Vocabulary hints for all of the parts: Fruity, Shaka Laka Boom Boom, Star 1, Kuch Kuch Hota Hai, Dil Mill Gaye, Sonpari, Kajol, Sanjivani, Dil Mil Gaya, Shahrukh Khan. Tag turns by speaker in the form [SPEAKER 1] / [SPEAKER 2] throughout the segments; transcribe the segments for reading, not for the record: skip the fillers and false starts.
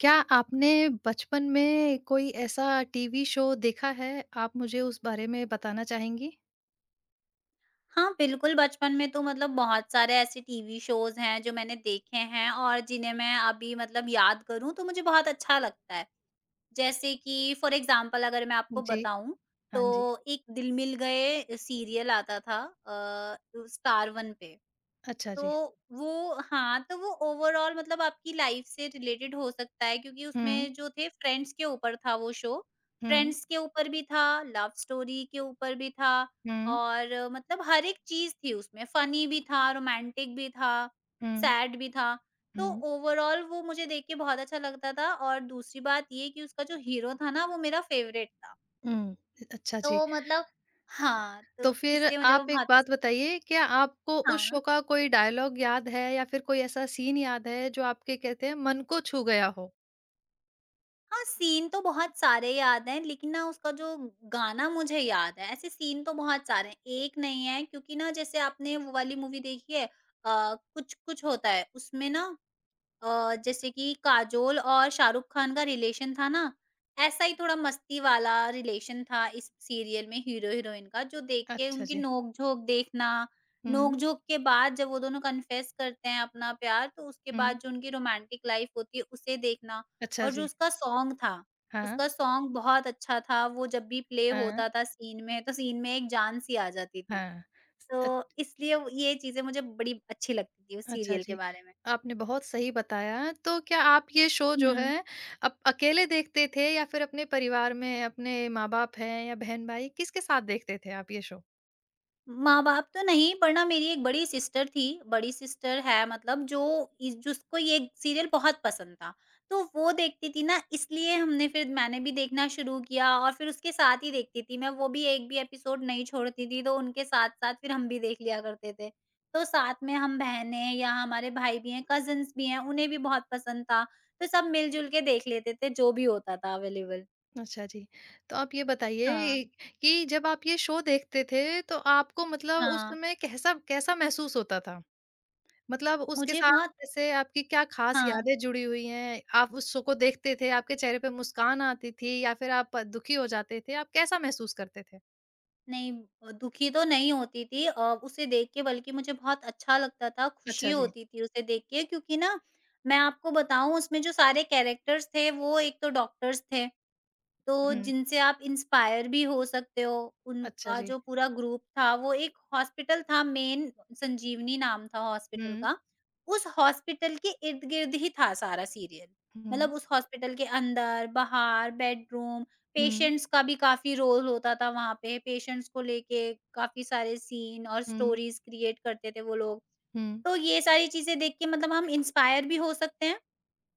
[SPEAKER 1] क्या आपने बचपन में कोई ऐसा टीवी शो देखा है? आप मुझे उस बारे में बताना चाहेंगी?
[SPEAKER 2] हाँ, बिल्कुल, बचपन में तो मतलब बहुत सारे ऐसे टीवी शोज़ हैं जो मैंने देखे हैं और जिन्हें मैं अभी मतलब याद करूँ तो मुझे बहुत अच्छा लगता है। जैसे कि फ़ॉर एग्ज़ाम्पल अगर मैं आपको
[SPEAKER 1] जी,
[SPEAKER 2] बताऊँ,
[SPEAKER 1] हाँ जी।
[SPEAKER 2] तो एक दिल मिल गए सीरियल आता था स्टार 1 पे।
[SPEAKER 1] अच्छा
[SPEAKER 2] तो
[SPEAKER 1] जी।
[SPEAKER 2] वो हाँ, तो वो ओवरऑल मतलब आपकी लाइफ से रिलेटेड हो सकता है क्योंकि
[SPEAKER 1] हुँ,
[SPEAKER 2] उसमें जो थे फ्रेंड्स के ऊपर था वो शो।
[SPEAKER 1] हुँ,
[SPEAKER 2] फ्रेंड्स के ऊपर भी था, लव स्टोरी के ऊपर भी था
[SPEAKER 1] हुँ,
[SPEAKER 2] और मतलब हर एक चीज़ थी उसमें, फनी भी था, रोमांटिक भी था,
[SPEAKER 1] हुँ,
[SPEAKER 2] सैड भी था। तो
[SPEAKER 1] हुँ,
[SPEAKER 2] ओवरऑल वो मुझे देख के बहुत अच्छा लगता था और दूसरी बात ये कि उसका जो हीरो था ना, वो मेरा फ़ेवरेट था।
[SPEAKER 1] हुँ। अच्छा जी।
[SPEAKER 2] तो मतलब हाँ,
[SPEAKER 1] तो
[SPEAKER 2] तो
[SPEAKER 1] फिर
[SPEAKER 2] इसलिए मुझे वो
[SPEAKER 1] आप एक
[SPEAKER 2] बहुत
[SPEAKER 1] बात
[SPEAKER 2] पसंद था।
[SPEAKER 1] बताइए, क्या आपको उस
[SPEAKER 2] हाँ।
[SPEAKER 1] शो का कोई डायलॉग याद है या फिर कोई ऐसा सीन याद है जो आपके कहते हैं मन को छू गया हो?
[SPEAKER 2] हाँ, सीन तो बहुत सारे याद हैं, लेकिन ना उसका जो गाना मुझे याद है। ऐसे सीन तो बहुत सारे हैं, एक नहीं है क्योंकि ना जैसे आपने वो वाली मूवी देखी है कुछ कुछ होता है, उसमें ना जैसे कि काजोल और शाहरुख खान का रिलेशन था ना, ऐसा ही थोड़ा मस्ती वाला रिलेशन था इस सीरियल में हीरो-हीरोइन का, जो देख के
[SPEAKER 1] अच्छा
[SPEAKER 2] उनकी
[SPEAKER 1] जी।
[SPEAKER 2] नोक-झोंक देखना,
[SPEAKER 1] हुँ,
[SPEAKER 2] नोक-झोंक के बाद जब वो दोनों कन्फेस करते हैं अपना प्यार, तो उसके
[SPEAKER 1] हुँ।
[SPEAKER 2] बाद जो उनकी रोमांटिक लाइफ होती है, उसे देखना
[SPEAKER 1] अच्छा
[SPEAKER 2] और जो
[SPEAKER 1] जी।
[SPEAKER 2] उसका सॉन्ग था,
[SPEAKER 1] हाँ,
[SPEAKER 2] उसका सॉन्ग बहुत अच्छा था। वो जब भी प्ले
[SPEAKER 1] हाँ,
[SPEAKER 2] होता था सीन में, तो सीन में एक जान सी आ जाती थी।
[SPEAKER 1] हाँ।
[SPEAKER 2] तो इसलिए वो ये चीज़ें मुझे बड़ी अच्छी लगती थी उस
[SPEAKER 1] अच्छा
[SPEAKER 2] सीरियल के
[SPEAKER 1] जी।
[SPEAKER 2] बारे में।
[SPEAKER 1] आपने बहुत सही बताया, तो क्या आप ये शो जो
[SPEAKER 2] हुँ।
[SPEAKER 1] है, आप अकेले देखते थे या फिर अपने परिवार में अपने माँ-बाप हैं या बहन-भाई, किसके साथ देखते थे आप ये शो?
[SPEAKER 2] माँ-बाप तो नहीं, पर ना मेरी एक बड़ी सिस्टर थी, बड़ी सिस्टर है मतलब जो इस जिसको ये सीरियल बहुत पसंद था। तो वो देखती थी ना इसलिए हमने फिर मैंने भी देखना शुरू किया और फिर उसके साथ ही देखती थी मैं, वो भी एक भी एपिसोड नहीं छोड़ती थी, तो उनके साथ-साथ फिर हम भी देख लिया करते थे। तो साथ में हम बहनें या हमारे भाई भी हैं, कज़िन्स भी हैं, उन्हें भी बहुत पसंद था, तो सब मिल-जुल के देख लेते थे जो भी होता था अवेलेबल।
[SPEAKER 1] अच्छा जी। तो आप ये
[SPEAKER 2] हाँ,
[SPEAKER 1] बताइए कि जब आप ये शो देखते थे, तो आपको मतलब उस
[SPEAKER 2] हाँ,
[SPEAKER 1] समय कैसा कैसा महसूस होता था? मतलब उसके
[SPEAKER 2] मुझे
[SPEAKER 1] साथ
[SPEAKER 2] बहुत
[SPEAKER 1] जैसे आपकी क्या ख़ास
[SPEAKER 2] हाँ।
[SPEAKER 1] यादें जुड़ी हुई हैं? आप उस शो को देखते थे, आपके चेहरे पे मुस्कान आती थी या फिर आप दुखी हो जाते थे? आप कैसा महसूस करते थे?
[SPEAKER 2] नहीं, दुखी तो नहीं होती थी उसे देख के बल्कि मुझे बहुत अच्छा लगता था, खुशी
[SPEAKER 1] अच्छा जी।
[SPEAKER 2] होती थी उसे देख के क्योंकि ना मैं आपको बताऊँ उसमें जो सारे कैरेक्टर्स थे वो एक तो डॉक्टर्स थे। तो
[SPEAKER 1] हुँ।
[SPEAKER 2] जिनसे आप इंस्पायर भी हो सकते हो।
[SPEAKER 1] अच्छा
[SPEAKER 2] उनका
[SPEAKER 1] जी।
[SPEAKER 2] जो पूरा ग्रुप था वो एक हॉस्पिटल था मेन संजीवनी नाम था हॉस्पिटल
[SPEAKER 1] हुँ,
[SPEAKER 2] का। उस हॉस्पिटल के इर्द-गिर्द ही था सारा सीरियल।
[SPEAKER 1] हुँ,
[SPEAKER 2] मतलब उस हॉस्पिटल के अंदर, बाहर, बेडरूम,
[SPEAKER 1] हुँ,
[SPEAKER 2] पेशेंट्स का भी काफ़ी रोल होता था वहाँ पे। पेशेंट्स को लेके काफ़ी सारे सीन और
[SPEAKER 1] हुँ,
[SPEAKER 2] स्टोरीज़ क्रिएट करते थे वो लोग।
[SPEAKER 1] हुँ,
[SPEAKER 2] तो ये सारी चीज़ें देख के मतलब हम इंस्पायर भी हो सकते हैं।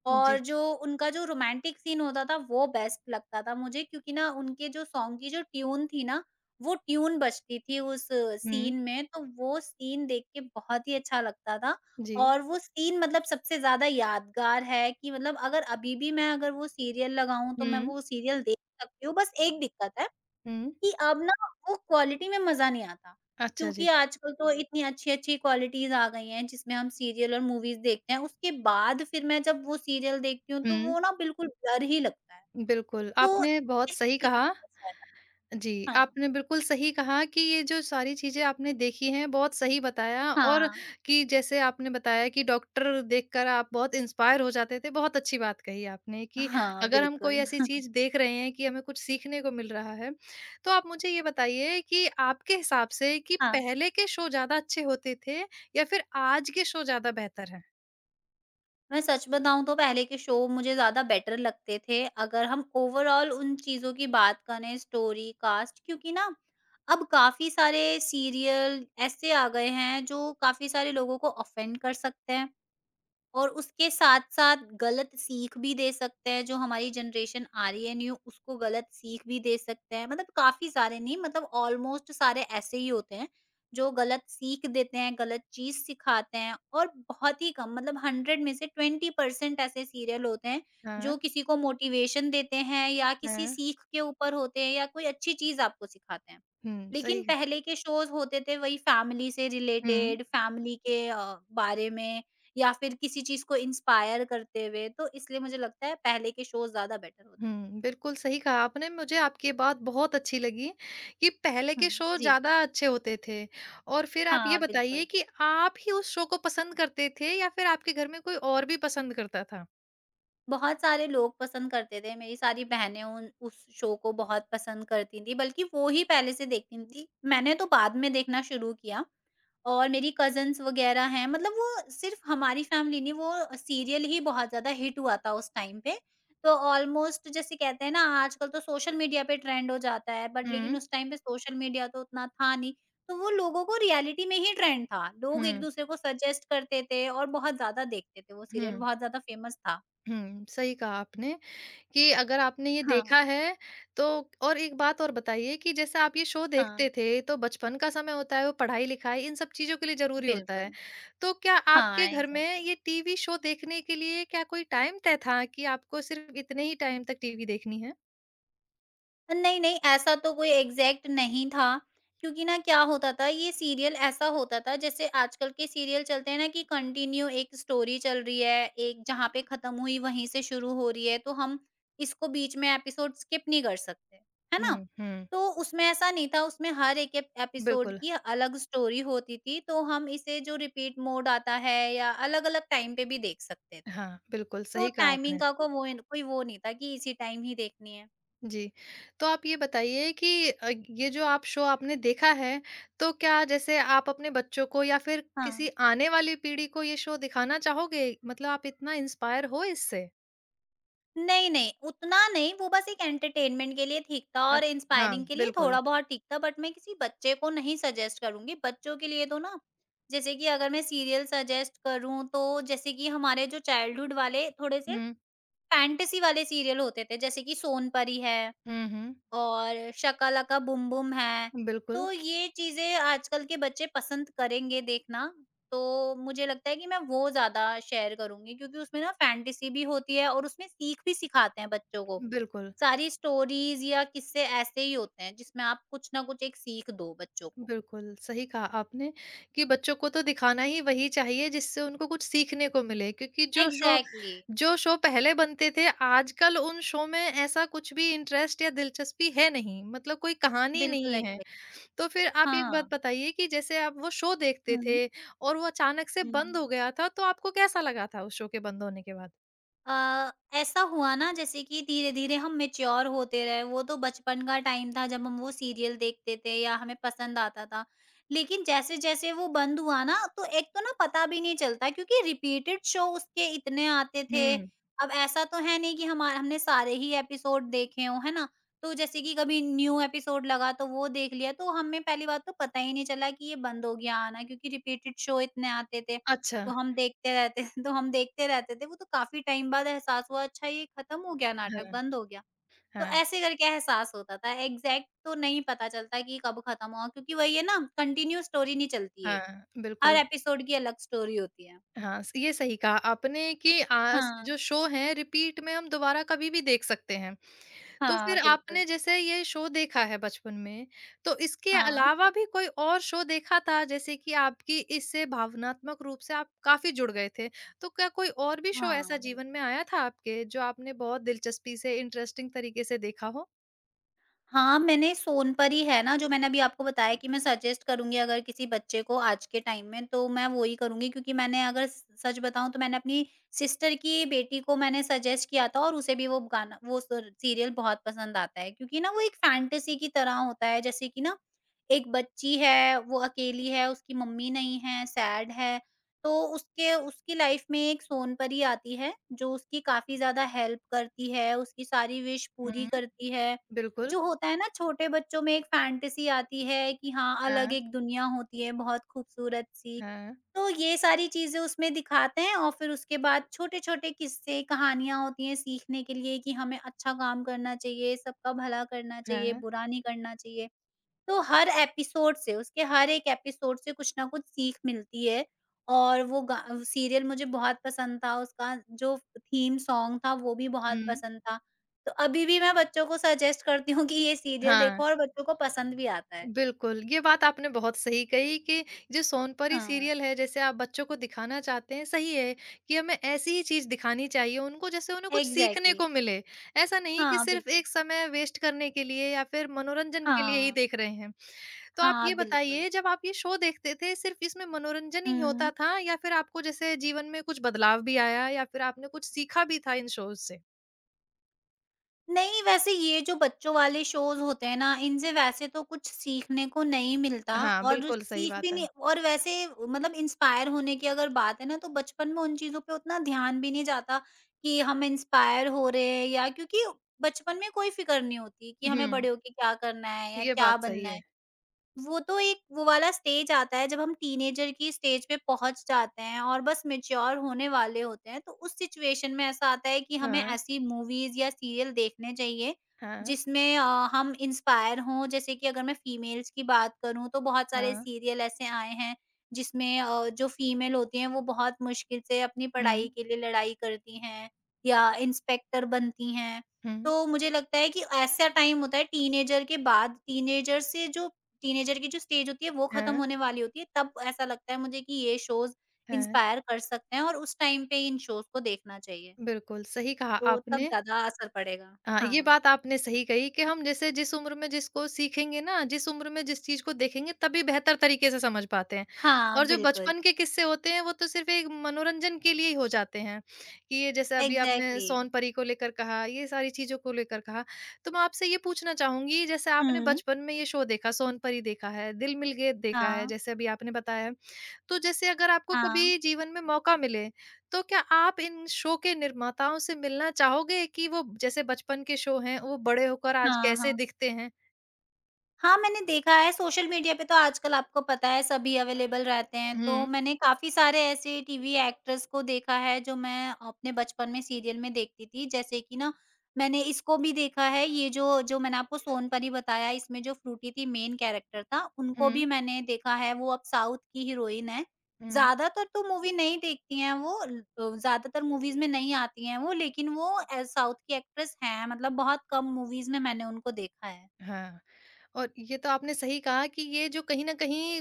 [SPEAKER 2] और
[SPEAKER 1] जी,
[SPEAKER 2] जो उनका जो रोमांटिक सीन होता था वो बेस्ट लगता था मुझे क्योंकि ना उनके जो सॉन्ग की जो ट्यून थी ना वो ट्यून बजती थी उस
[SPEAKER 1] हुँ,
[SPEAKER 2] सीन में तो वो सीन देख के बहुत ही अच्छा लगता था
[SPEAKER 1] जी,
[SPEAKER 2] और वो सीन मतलब सबसे ज्यादा यादगार है कि मतलब अगर वो सीरियल लगाऊं तो मैं
[SPEAKER 1] हुँ,
[SPEAKER 2] वो सीरियल देख सकती हूँ बस एक दिक्कत है
[SPEAKER 1] हुँ,
[SPEAKER 2] कि अब ना वो क्वालिटी में मज़ा नहीं आता,
[SPEAKER 1] अच्छा
[SPEAKER 2] क्योंकि
[SPEAKER 1] जी,
[SPEAKER 2] आजकल तो इतनी अच्छी-अच्छी क्वालिटीज़ आ गई हैं जिसमें हम सीरियल और मूवीज़ देखते हैं, उसके बाद फिर मैं जब वो सीरियल देखती हूँ तो
[SPEAKER 1] हुँ,
[SPEAKER 2] वो ना बिल्कुल ब्लर ही लगता है।
[SPEAKER 1] बिल्कुल,
[SPEAKER 2] तो
[SPEAKER 1] आपने बहुत
[SPEAKER 2] इस
[SPEAKER 1] सही
[SPEAKER 2] चीज़
[SPEAKER 1] कहा
[SPEAKER 2] का फ़ायदा
[SPEAKER 1] जी,
[SPEAKER 2] हाँ।
[SPEAKER 1] आपने बिल्कुल सही कहा कि ये जो सारी चीज़ें आपने देखी हैं, बहुत सही बताया और
[SPEAKER 2] हाँ।
[SPEAKER 1] कि जैसे आपने बताया कि डॉक्टर देखकर आप बहुत इंस्पायर हो जाते थे, बहुत अच्छी बात कही आपने कि
[SPEAKER 2] हाँ,
[SPEAKER 1] अगर हम कोई
[SPEAKER 2] बिल्कुल।
[SPEAKER 1] ऐसी चीज़ देख रहे हैं कि हमें कुछ सीखने को मिल रहा है, तो आप मुझे ये बताइए कि आपके हिसाब से कि
[SPEAKER 2] हाँ।
[SPEAKER 1] पहले के शो ज़्यादा अच्छे होते थे या फिर आज के शो ज़्यादा बेहतर हैं?
[SPEAKER 2] मैं सच बताऊँ तो पहले के शो मुझे ज़्यादा बेटर लगते थे, अगर हम ओवरऑल उन चीज़ों की बात करें स्टोरी, कास्ट क्योंकि ना अब काफ़ी सारे सीरियल ऐसे आ गए हैं जो काफ़ी सारे लोगों को ऑफ़ेंड कर सकते हैं। और उसके साथ-साथ गलत सीख भी दे सकते हैं, जो हमारी जनरेशन आ रही है न्यू, उसको गलत सीख भी दे सकते हैं। मतलब काफ़ी सारे नहीं मतलब ऑलमोस्ट सारे ऐसे ही होते हैं, जो गलत सीख देते हैं, गलत चीज़ सिखाते हैं और बहुत ही कम मतलब 100 में से 20% ऐसे सीरियल होते हैं,
[SPEAKER 1] हाँ,
[SPEAKER 2] जो किसी को मोटिवेशन देते हैं या किसी
[SPEAKER 1] हाँ।
[SPEAKER 2] सीख के ऊपर होते हैं या कोई अच्छी चीज़ आपको सिखाते हैं।
[SPEAKER 1] हुँ,
[SPEAKER 2] लेकिन
[SPEAKER 1] सही
[SPEAKER 2] पहले के शोज़ होते थे वही फैमिली से
[SPEAKER 1] हुँ।
[SPEAKER 2] रिलेटेड, फैमिली के बारे में या फिर किसी चीज़ को इंस्पायर करते हुए, तो इसलिए मुझे लगता है पहले के शोज़ ज़्यादा बेटर होते थे।
[SPEAKER 1] हुँ, बिल्कुल सही कहा आपने। मुझे आपकी बात बहुत अच्छी लगी कि पहले
[SPEAKER 2] हुँ।
[SPEAKER 1] के शो
[SPEAKER 2] जी,
[SPEAKER 1] ज़्यादा अच्छे होते थे और फिर आप ये
[SPEAKER 2] हाँ,
[SPEAKER 1] बताइए
[SPEAKER 2] बिल्कुल।
[SPEAKER 1] कि आप ही उस शो को पसंद करते थे या फिर आपके घर में कोई और भी पसंद करता था?
[SPEAKER 2] बहुत सारे लोग पसंद करते थे, मेरी सारी बहनें उन उस शो को बहुत पसंद करती थीं, बल्कि वो ही पहले से देखती थीं। मैंने तो बाद में देखना शुरू किया। और मेरी कज़िन्स वग़ैरह हैं, मतलब वो सिर्फ़ हमारी फैमिली नहीं, वो सीरियल ही बहुत ज़्यादा हिट हुआ था उस टाइम पे। तो ऑलमोस्ट जैसे कहते हैं ना, आजकल तो सोशल मीडिया पे ट्रेंड हो जाता है, बट लेकिन
[SPEAKER 1] हुँ,
[SPEAKER 2] उस टाइम पे सोशल मीडिया तो उतना था नहीं, तो वो लोगों को रियलिटी में ही ट्रेंड था। लोग
[SPEAKER 1] हुँ,
[SPEAKER 2] एक-दूसरे को सजेस्ट करते थे और बहुत ज़्यादा देखते थे, वो सीरियल
[SPEAKER 1] हुँ।
[SPEAKER 2] बहुत ज़्यादा फ़ेमस था।
[SPEAKER 1] हुँ, सही कहा आपने कि अगर आपने ये
[SPEAKER 2] हाँ,
[SPEAKER 1] देखा है तो और एक बात और बताइए कि जैसे आप ये शो
[SPEAKER 2] हाँ,
[SPEAKER 1] देखते थे, तो बचपन का समय होता है, वो पढ़ाई-लिखाई इन सब चीज़ों के लिए ज़रूरी होता है।
[SPEAKER 2] बिल्कुल।
[SPEAKER 1] तो क्या
[SPEAKER 2] हाँ,
[SPEAKER 1] आपके घर में
[SPEAKER 2] एग्ज़ैक्टली।
[SPEAKER 1] ये टीवी शो देखने के लिए क्या कोई टाइम तय था कि आपको सिर्फ़ इतने ही टाइम तक टीवी देखनी है?
[SPEAKER 2] नहीं, नहीं, ऐसा तो कोई एग्ज़ैक्ट नहीं था, क्योंकि ना क्या होता था ये सीरियल ऐसा होता था जैसे आजकल के सीरियल चलते हैं ना कि कंटिन्यू एक स्टोरी चल रही है, एक जहाँ पे ख़त्म हुई वहीं से शुरू हो रही है, तो हम इसको बीच में एपिसोड स्किप नहीं कर सकते, है ना?
[SPEAKER 1] हुँ, हुँ,
[SPEAKER 2] तो उसमें ऐसा नहीं था, उसमें हर एक एप एपिसोड
[SPEAKER 1] बिल्कुल।
[SPEAKER 2] की अलग स्टोरी होती थी, तो हम इसे जो रिपीट मोड आता है या अलग-अलग टाइम पे भी देख सकते थे।
[SPEAKER 1] हाँ, बिल्कुल
[SPEAKER 2] तो
[SPEAKER 1] सही कहा
[SPEAKER 2] टाइमिंग
[SPEAKER 1] आपने।
[SPEAKER 2] का को वो कोई वो नहीं था कि इसी टाइम ही देखनी है।
[SPEAKER 1] जी। तो आप ये बताइए कि ये जो आप शो आपने देखा है, तो क्या जैसे आप अपने बच्चों को या फिर किसी
[SPEAKER 2] हाँ।
[SPEAKER 1] आने वाली पीढ़ी को ये शो दिखाना चाहोगे? मतलब आप इतना इंस्पायर हो इससे?
[SPEAKER 2] नहीं, नहीं, उतना नहीं, वो बस एक एंटरटेनमेंट के लिए ठीक था
[SPEAKER 1] अ,
[SPEAKER 2] और
[SPEAKER 1] हाँ,
[SPEAKER 2] इंस्पायरिंग के लिए
[SPEAKER 1] बिल्कुल।
[SPEAKER 2] थोड़ा-बहुत ठीक था, बट मैं किसी बच्चे को नहीं सजेस्ट करूँगी। बच्चों के लिए तो ना, जैसे कि अगर मैं सीरियल सजेस्ट करूँ, तो जैसे कि हमारे जो चाइल्डहुड वाले थोड़े से
[SPEAKER 1] हुँ।
[SPEAKER 2] फैंटेसी वाले सीरियल होते थे, जैसे कि सोनपरी है
[SPEAKER 1] हुँ, हुँ।
[SPEAKER 2] और शाका लाका बूम बूम है,
[SPEAKER 1] बिल्कुल,
[SPEAKER 2] तो ये चीज़ें आजकल के बच्चे पसंद करेंगे देखना। तो मुझे लगता है कि मैं वो ज़्यादा शेयर करूँगी क्योंकि उसमें ना फ़ैंटेसी भी होती है और उसमें सीख भी सिखाते हैं बच्चों को।
[SPEAKER 1] बिल्कुल।
[SPEAKER 2] सारी स्टोरीज़ या किस्से ऐसे ही होते हैं जिसमें आप कुछ ना कुछ एक सीख दो बच्चों को।
[SPEAKER 1] बिल्कुल, सही कहा आपने कि बच्चों को तो दिखाना ही वही चाहिए जिससे उनको कुछ सीखने को मिले क्योंकि
[SPEAKER 2] एग्ज़ैक्टली,
[SPEAKER 1] जो शो पहले बनते थे आजकल उन शो में ऐसा कुछ भी इंटरेस्ट या दिलचस्पी है नहीं, मतलब कोई कहानी
[SPEAKER 2] बिल्कुल
[SPEAKER 1] नहीं है।
[SPEAKER 2] एग्ज़ैक्ट
[SPEAKER 1] तो फिर आप एक
[SPEAKER 2] हाँ।
[SPEAKER 1] बात बताइए कि जैसे आप वो शो देखते
[SPEAKER 2] हुँ,
[SPEAKER 1] थे और वो अचानक से बंद
[SPEAKER 2] हुँ।
[SPEAKER 1] हो गया था, तो आपको कैसा लगा था उस शो के बंद होने के बाद?
[SPEAKER 2] ऐसा हुआ ना जैसे कि धीरे-धीरे हम मैच्योर होते रहे, वो तो बचपन का टाइम था जब हम वो सीरियल देखते थे या हमें पसंद आता था। लेकिन जैसे-जैसे वो बंद हुआ ना, तो एक तो ना पता भी नहीं चलता क्योंकि रिपीटेड शो उसके इतने आते थे।
[SPEAKER 1] हुँ,
[SPEAKER 2] अब ऐसा तो है नहीं कि हमा हमने सारे ही एपिसोड देखे हों, है ना? तो जैसे कि कभी न्यू एपिसोड लगा तो वो देख लिया, तो हमें पहली बात तो पता ही नहीं चला कि ये बंद हो गया आना क्योंकि रिपीटेड शो इतने आते थे।
[SPEAKER 1] अच्छा।
[SPEAKER 2] तो हम देखते रहते तो हम देखते रहते थे। वो तो काफ़ी टाइम बाद एहसास हुआ अच्छा ये खत्म हो गया नाटक,
[SPEAKER 1] हाँ,
[SPEAKER 2] बंद हो गया। तो
[SPEAKER 1] हाँ,
[SPEAKER 2] ऐसे करके एहसास होता था, एग्ज़ैक्ट तो नहीं पता चलता कि कब खत्म हुआ क्योंकि वही है ना कंटिन्यू स्टोरी नहीं चलती है।
[SPEAKER 1] हाँ,
[SPEAKER 2] हर
[SPEAKER 1] बिल्कुल।
[SPEAKER 2] एपिसोड की अलग स्टोरी होती है।
[SPEAKER 1] हाँ, स ये सही कहा आपने कि आस
[SPEAKER 2] हाँ।
[SPEAKER 1] जो शो है रिपीट में हम दोबारा कभी भी देख सकते हैं। तो
[SPEAKER 2] हाँ,
[SPEAKER 1] फिर
[SPEAKER 2] बिल्कुल।
[SPEAKER 1] आपने जैसे ये शो देखा है बचपन में, तो इसके
[SPEAKER 2] हाँ।
[SPEAKER 1] अलावा भी कोई और शो देखा था जैसे कि आपकी इससे भावनात्मक रूप से आप काफ़ी जुड़ गए थे। तो क्या कोई और भी शो
[SPEAKER 2] हाँ,
[SPEAKER 1] ऐसा जीवन
[SPEAKER 2] बिल्कुल।
[SPEAKER 1] में आया था आपके जो आपने बहुत दिलचस्पी से इंटरेस्टिंग तरीके से देखा हो?
[SPEAKER 2] हाँ, मैंने सोनपरी है ना, जो मैंने अभी आपको बताया कि मैं सजेस्ट करूँगी अगर किसी बच्चे को आज के टाइम में, तो मैं वो ही करूँगी क्योंकि मैंने अगर स सच बताऊँ तो मैंने अपनी सिस्टर की बेटी को मैंने सजेस्ट किया था और उसे भी वो गाना वो स सीरियल बहुत पसंद आता है क्योंकि ना वो एक फैंटेसी की तरह होता है। जैसे कि ना, एक बच्ची है, वो अकेली है, उसकी मम्मी नहीं है, सैड है, तो उसके उसकी लाइफ में एक सोनपरी आती है, जो उसकी काफ़ी ज़्यादा हेल्प करती है, उसकी सारी विश पूरी
[SPEAKER 1] हुँ,
[SPEAKER 2] करती है।
[SPEAKER 1] बिल्कुल।
[SPEAKER 2] जो होता है ना छोटे बच्चों में एक फैंटेसी आती है कि हाँ, अलग
[SPEAKER 1] हाँ,
[SPEAKER 2] एक दुनिया होती है बहुत खूबसूरत-सी।
[SPEAKER 1] हाँ,
[SPEAKER 2] तो ये सारी चीज़ें उसमें दिखाते हैं और फिर उसके बाद छोटे-छोटे किस्से, कहानियाँ होती हैं सीखने के लिए कि हमें अच्छा काम करना चाहिए, सबका भला करना चाहिए,
[SPEAKER 1] हाँ,
[SPEAKER 2] बुरा नहीं करना चाहिए। तो हर एपिसोड से, उसके हर एक एपिसोड से कुछ ना कुछ सीख मिलती है और वो गा सीरियल मुझे बहुत पसंद था, उसका जो थीम सॉन्ग था वो भी बहुत
[SPEAKER 1] हुँ।
[SPEAKER 2] पसंद था। तो अभी भी मैं बच्चों को सजेस्ट करती हूँ कि ये सीरियल देखो
[SPEAKER 1] हाँ।
[SPEAKER 2] और बच्चों को पसंद भी आता है।
[SPEAKER 1] बिल्कुल, ये बात आपने बहुत सही कही कि जो सोनपरी
[SPEAKER 2] हाँ,
[SPEAKER 1] सीरियल है, जैसे आप बच्चों को दिखाना चाहते हैं, सही है कि हमें ऐसी ही चीज़ दिखानी चाहिए उनको, जैसे उन्हें कुछ सीखने
[SPEAKER 2] एग्ज़ैक्टली
[SPEAKER 1] को मिले। ऐसा नहीं कि
[SPEAKER 2] हाँ,
[SPEAKER 1] सिर्फ़
[SPEAKER 2] बिल्कुल।
[SPEAKER 1] एक समय वेस्ट करने के लिए या फिर मनोरंजन के लिए ही
[SPEAKER 2] हाँ,
[SPEAKER 1] देख रहे हैं। तो आप
[SPEAKER 2] हाँ,
[SPEAKER 1] ये
[SPEAKER 2] बिल्कुल।
[SPEAKER 1] बताइए, जब आप ये शो देखते थे, सिर्फ़ इसमें मनोरंजन ही होता
[SPEAKER 2] हुँ।
[SPEAKER 1] था या फिर आपको जैसे जीवन में कुछ बदलाव भी आया या फिर आपने कुछ सीखा भी था इन शोज़ से?
[SPEAKER 2] नहीं, वैसे ये जो बच्चों वाले शोज़ होते हैं ना, इनसे वैसे तो कुछ सीखने को नहीं मिलता
[SPEAKER 1] हाँ,
[SPEAKER 2] और जो
[SPEAKER 1] बिल्कुल सही
[SPEAKER 2] सीख भी
[SPEAKER 1] बात
[SPEAKER 2] नहीं
[SPEAKER 1] है।
[SPEAKER 2] और वैसे मतलब इंस्पायर होने की अगर बात है ना, तो बचपन में उन चीज़ों पे उतना ध्यान भी नहीं जाता कि हम इंस्पायर हो रहे हैं या क्योंकि बचपन में कोई फ़िक्र नहीं होती कि हमें
[SPEAKER 1] हुँ,
[SPEAKER 2] बड़े होके क्या करना है या
[SPEAKER 1] ये
[SPEAKER 2] क्या
[SPEAKER 1] बात सही
[SPEAKER 2] बनना है।
[SPEAKER 1] है।
[SPEAKER 2] वो तो एक वो वाला स्टेज आता है जब हम टीनेजर की स्टेज पे पहुँच जाते हैं और बस मैच्योर होने वाले होते हैं, तो उस सिचुएशन में ऐसा आता है कि हमें
[SPEAKER 1] हाँ,
[SPEAKER 2] ऐसी मूवीज़ या सीरियल देखने चाहिए
[SPEAKER 1] हाँ,
[SPEAKER 2] जिसमें हम इंस्पायर हों। जैसे कि अगर मैं फीमेल्स की बात करूँ, तो बहुत सारे
[SPEAKER 1] हाँ,
[SPEAKER 2] सीरियल ऐसे आए हैं जिसमें जो फीमेल होती हैं, वो बहुत मुश्किल से अपनी
[SPEAKER 1] हुँ।
[SPEAKER 2] पढ़ाई के लिए लड़ाई करती हैं या इंस्पेक्टर बनती हैं।
[SPEAKER 1] हुँ।
[SPEAKER 2] तो मुझे लगता है कि ऐसा टाइम होता है टीनेजर के बाद टीनेजर से जो टीनेजर की जो स्टेज होती है वो खत्म
[SPEAKER 1] हाँ,
[SPEAKER 2] होने वाली होती है, तब ऐसा लगता है मुझे कि ये शोज़
[SPEAKER 1] हाँ।
[SPEAKER 2] इंस्पायर कर सकते हैं और उस टाइम पे इन शोज़ को देखना चाहिए,
[SPEAKER 1] बिल्कुल, सही कहा
[SPEAKER 2] तो तब
[SPEAKER 1] आपने।
[SPEAKER 2] ज़्यादा असर पड़ेगा।
[SPEAKER 1] ये
[SPEAKER 2] हाँ।
[SPEAKER 1] बात आपने सही कही कि हम जैसे जिस उम्र में जिसको सीखेंगे ना, जिस उम्र में जिस चीज़ को देखेंगे तभी बेहतर तरीके से समझ पाते हैं।
[SPEAKER 2] हाँ,
[SPEAKER 1] और जो
[SPEAKER 2] बिल्कुल।
[SPEAKER 1] बचपन के किस्से होते हैं वो तो सिर्फ़ एक मनोरंजन के लिए ही हो जाते हैं, कि ये जैसे अभी आपने
[SPEAKER 2] एग्ज़ैक्टली।
[SPEAKER 1] सोनपरी को लेकर कहा, ये सारी चीज़ों को लेकर कहा। तो मैं आपसे ये पूछना चाहूँगी जैसे आपने
[SPEAKER 2] हुँ।
[SPEAKER 1] बचपन में ये शो देखा, सोनपरी देखा है, दिल मिल गया देखा है,
[SPEAKER 2] हाँ।
[SPEAKER 1] जैसे अभी आपने बताया। तो जैसे अगर आपको
[SPEAKER 2] हाँ।
[SPEAKER 1] कभी जीवन में मौका मिले, तो क्या आप इन शो के निर्माताओं से मिलना चाहोगे कि वो जैसे बचपन के शो हैं, वो बड़े होकर आज
[SPEAKER 2] हाँ,
[SPEAKER 1] कैसे
[SPEAKER 2] हाँ।
[SPEAKER 1] दिखते हैं?
[SPEAKER 2] हाँ, मैंने देखा है सोशल मीडिया पे, तो आजकल आपको पता है सभी अवेलेबल रहते हैं, तो
[SPEAKER 1] हुँ,
[SPEAKER 2] मैंने काफ़ी सारे ऐसे टीवी एक्टर्स को देखा है जो मैं अपने बचपन में सीरियल में देखती थी। जैसे कि ना, मैंने इसको भी देखा है, ये जो जो मैंने आपको सोनपरी बताया, इसमें जो फ्रूटी थी, मेन कैरेक्टर था, उनको भी
[SPEAKER 1] हुँ,
[SPEAKER 2] मैंने देखा है, वो अब साउथ की हीरोइन है।
[SPEAKER 1] हुँ।
[SPEAKER 2] ज़्यादातर तो मूवी नहीं देखती हैं वो, ज़्यादातर मूवीज़ में नहीं आती हैं वो, लेकिन वो साउथ की एक्ट्रेस हैं, मतलब बहुत कम मूवीज़ में मैंने उनको देखा है।
[SPEAKER 1] हाँ, और ये तो आपने सही कहा कि ये जो कहीं न कहीं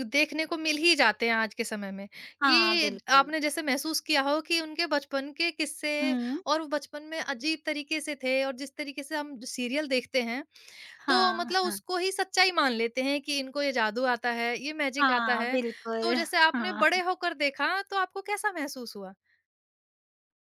[SPEAKER 1] इ देखने को मिल ही जाते हैं आज के समय में,
[SPEAKER 2] हाँ,
[SPEAKER 1] कि
[SPEAKER 2] बिल्कुल।
[SPEAKER 1] आपने जैसे महसूस किया हो कि उनके बचपन के किस्से
[SPEAKER 2] हुँ।
[SPEAKER 1] और वो बचपन में अजीब तरीके से थे और जिस तरीके से हम सीरियल देखते हैं तो
[SPEAKER 2] हाँ।
[SPEAKER 1] मतलब
[SPEAKER 2] हाँ।
[SPEAKER 1] उसको ही सच्चाई मान लेते हैं कि इनको ये जादू आता है, ये मैजिक आता
[SPEAKER 2] हाँ,
[SPEAKER 1] है। तो
[SPEAKER 2] बिल्कुल।
[SPEAKER 1] जैसे आपने
[SPEAKER 2] हाँ।
[SPEAKER 1] बड़े होकर देखा तो आपको कैसा महसूस हुआ?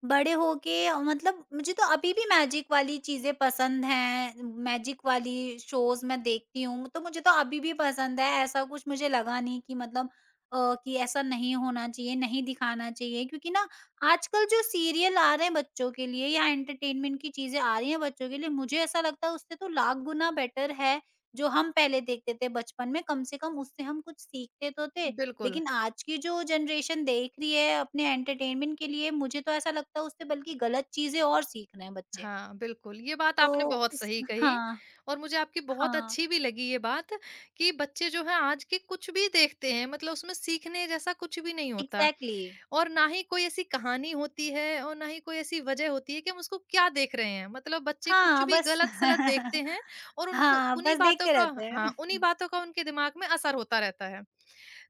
[SPEAKER 2] बड़े होके मतलब मुझे तो अभी भी मैजिक वाली चीज़ें पसंद हैं, मैजिक वाली शोज़ मैं देखती हूँ, तो मुझे तो अभी भी पसंद है। ऐसा कुछ मुझे लगा नहीं कि मतलब कि ऐसा नहीं होना चाहिए, नहीं दिखाना चाहिए, क्योंकि ना, आजकल जो सीरियल आ रहे हैं बच्चों के लिए या एंटरटेनमेंट की चीज़ें आ रही हैं बच्चों के लिए, मुझे ऐसा लगता है उससे तो लाख गुना बेटर है, जो हम पहले देखते थे बचपन में, कम से कम उससे हम कुछ सीखते तो थे।
[SPEAKER 1] बिल्कुल।
[SPEAKER 2] लेकिन आज की जो जनरेशन देख रही है अपने एंटरटेनमेंट के लिए, मुझे तो ऐसा लगता है उससे बल्कि गलत चीज़ें और सीख रहे हैं बच्चे।
[SPEAKER 1] हाँ, बिल्कुल, ये बात
[SPEAKER 2] तो
[SPEAKER 1] आपने बहुत
[SPEAKER 2] उस
[SPEAKER 1] सही कही
[SPEAKER 2] हाँ,
[SPEAKER 1] और मुझे आपकी बहुत
[SPEAKER 2] हाँ,
[SPEAKER 1] अच्छी भी लगी ये बात कि बच्चे जो हैं आज के कुछ भी देखते हैं, मतलब उसमें सीखने जैसा कुछ भी नहीं होता।
[SPEAKER 2] एग्ज़ैक्टली।
[SPEAKER 1] और ना ही कोई ऐसी कहानी होती है और ना ही कोई ऐसी वजह होती है कि हम उसको क्या देख रहे हैं। मतलब बच्चे कुछ
[SPEAKER 2] हाँ,
[SPEAKER 1] भी
[SPEAKER 2] बस।
[SPEAKER 1] गलत-सलत देखते हैं और उनके
[SPEAKER 2] हाँ,
[SPEAKER 1] उन्हीं
[SPEAKER 2] बस
[SPEAKER 1] बातों
[SPEAKER 2] देखते
[SPEAKER 1] का
[SPEAKER 2] रहते
[SPEAKER 1] हाँ, उन्हीं
[SPEAKER 2] हैं।
[SPEAKER 1] बातों का उनके दिमाग में असर होता रहता है।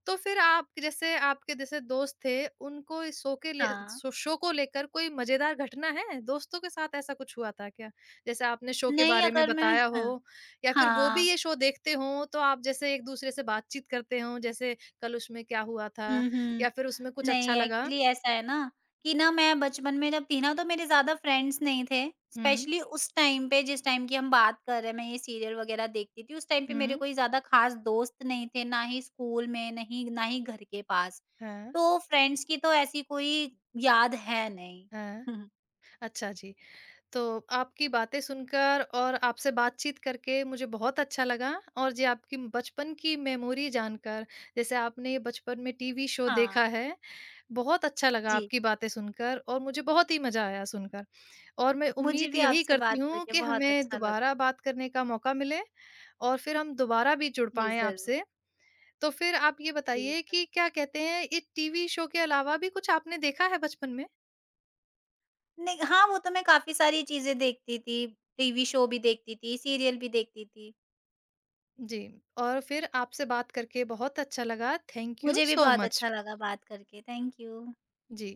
[SPEAKER 1] तो फिर आप जैसे आपके जैसे दोस्त थे, उनको इस शो के ले
[SPEAKER 2] हाँ,
[SPEAKER 1] शो शो को लेकर कोई मज़ेदार घटना है? दोस्तों के साथ ऐसा कुछ हुआ था क्या? जैसे आपने शो के
[SPEAKER 2] नहीं,
[SPEAKER 1] बारे में
[SPEAKER 2] अगर मैं
[SPEAKER 1] बताया हो
[SPEAKER 2] हाँ,
[SPEAKER 1] या फिर वो भी
[SPEAKER 2] हाँ।
[SPEAKER 1] ये शो देखते हों, तो आप जैसे एक-दूसरे से बातचीत करते हों, जैसे कल उसमें क्या हुआ था
[SPEAKER 2] हुँ, हुँ।
[SPEAKER 1] या फिर उसमें कुछ
[SPEAKER 2] नहीं,
[SPEAKER 1] अच्छा लगा?
[SPEAKER 2] एक्चुअली ऐसा है ना, कि ना मैं बचपन में जब थी ना, तो मेरे ज़्यादा फ्रेंड्स नहीं थे।
[SPEAKER 1] हुँ,
[SPEAKER 2] स्पेशली उस टाइम पे, जिस टाइम की हम बात कर रहे हैं, मैं ये सीरियल वगैरह देखती थी, उस टाइम पे मेरे
[SPEAKER 1] हुँ।
[SPEAKER 2] कोई ज़्यादा ख़ास दोस्त नहीं थे, ना ही स्कूल में, नहीं, ना ही घर के पास।
[SPEAKER 1] हाँ,
[SPEAKER 2] तो फ्रेंड्स की तो ऐसी कोई याद है नहीं।
[SPEAKER 1] हाँ। अच्छा जी, तो आपकी बातें सुनकर और आपसे बातचीत करके मुझे बहुत अच्छा लगा और जी आपकी बचपन की मेमोरी जानकर, जैसे आपने ये बचपन में टीवी शो
[SPEAKER 2] हाँ,
[SPEAKER 1] देखा है, बहुत अच्छा लगा
[SPEAKER 2] जी।
[SPEAKER 1] आपकी बातें सुनकर और मुझे बहुत ही मज़ा आया सुनकर। और मैं
[SPEAKER 2] मुझे
[SPEAKER 1] उम्मीद
[SPEAKER 2] भी
[SPEAKER 1] यही
[SPEAKER 2] आपसे
[SPEAKER 1] करती
[SPEAKER 2] बात
[SPEAKER 1] हूँ
[SPEAKER 2] करके
[SPEAKER 1] कि
[SPEAKER 2] बहुत
[SPEAKER 1] हमें
[SPEAKER 2] अच्छा लगा।
[SPEAKER 1] दोबारा बात करने का मौका मिले और फिर हम दोबारा भी जुड़
[SPEAKER 2] जी,
[SPEAKER 1] पाएँ
[SPEAKER 2] ज़रूर।
[SPEAKER 1] आपसे। तो फिर आप ये
[SPEAKER 2] जी,
[SPEAKER 1] बताइए
[SPEAKER 2] ज़रूर।
[SPEAKER 1] कि क्या कहते हैं, ये टीवी शो के अलावा भी कुछ आपने देखा है बचपन में?
[SPEAKER 2] नहीं, हाँ, वो तो मैं काफ़ी सारी चीज़ें देखती थी, टीवी शो भी देखती थी, सीरियल भी देखती थी।
[SPEAKER 1] जी, और फिर आपसे बात करके बहुत अच्छा लगा। थैंक यू
[SPEAKER 2] मुझे भी
[SPEAKER 1] सो
[SPEAKER 2] बहुत
[SPEAKER 1] मच।
[SPEAKER 2] अच्छा लगा बात करके। Thank you.
[SPEAKER 1] जी।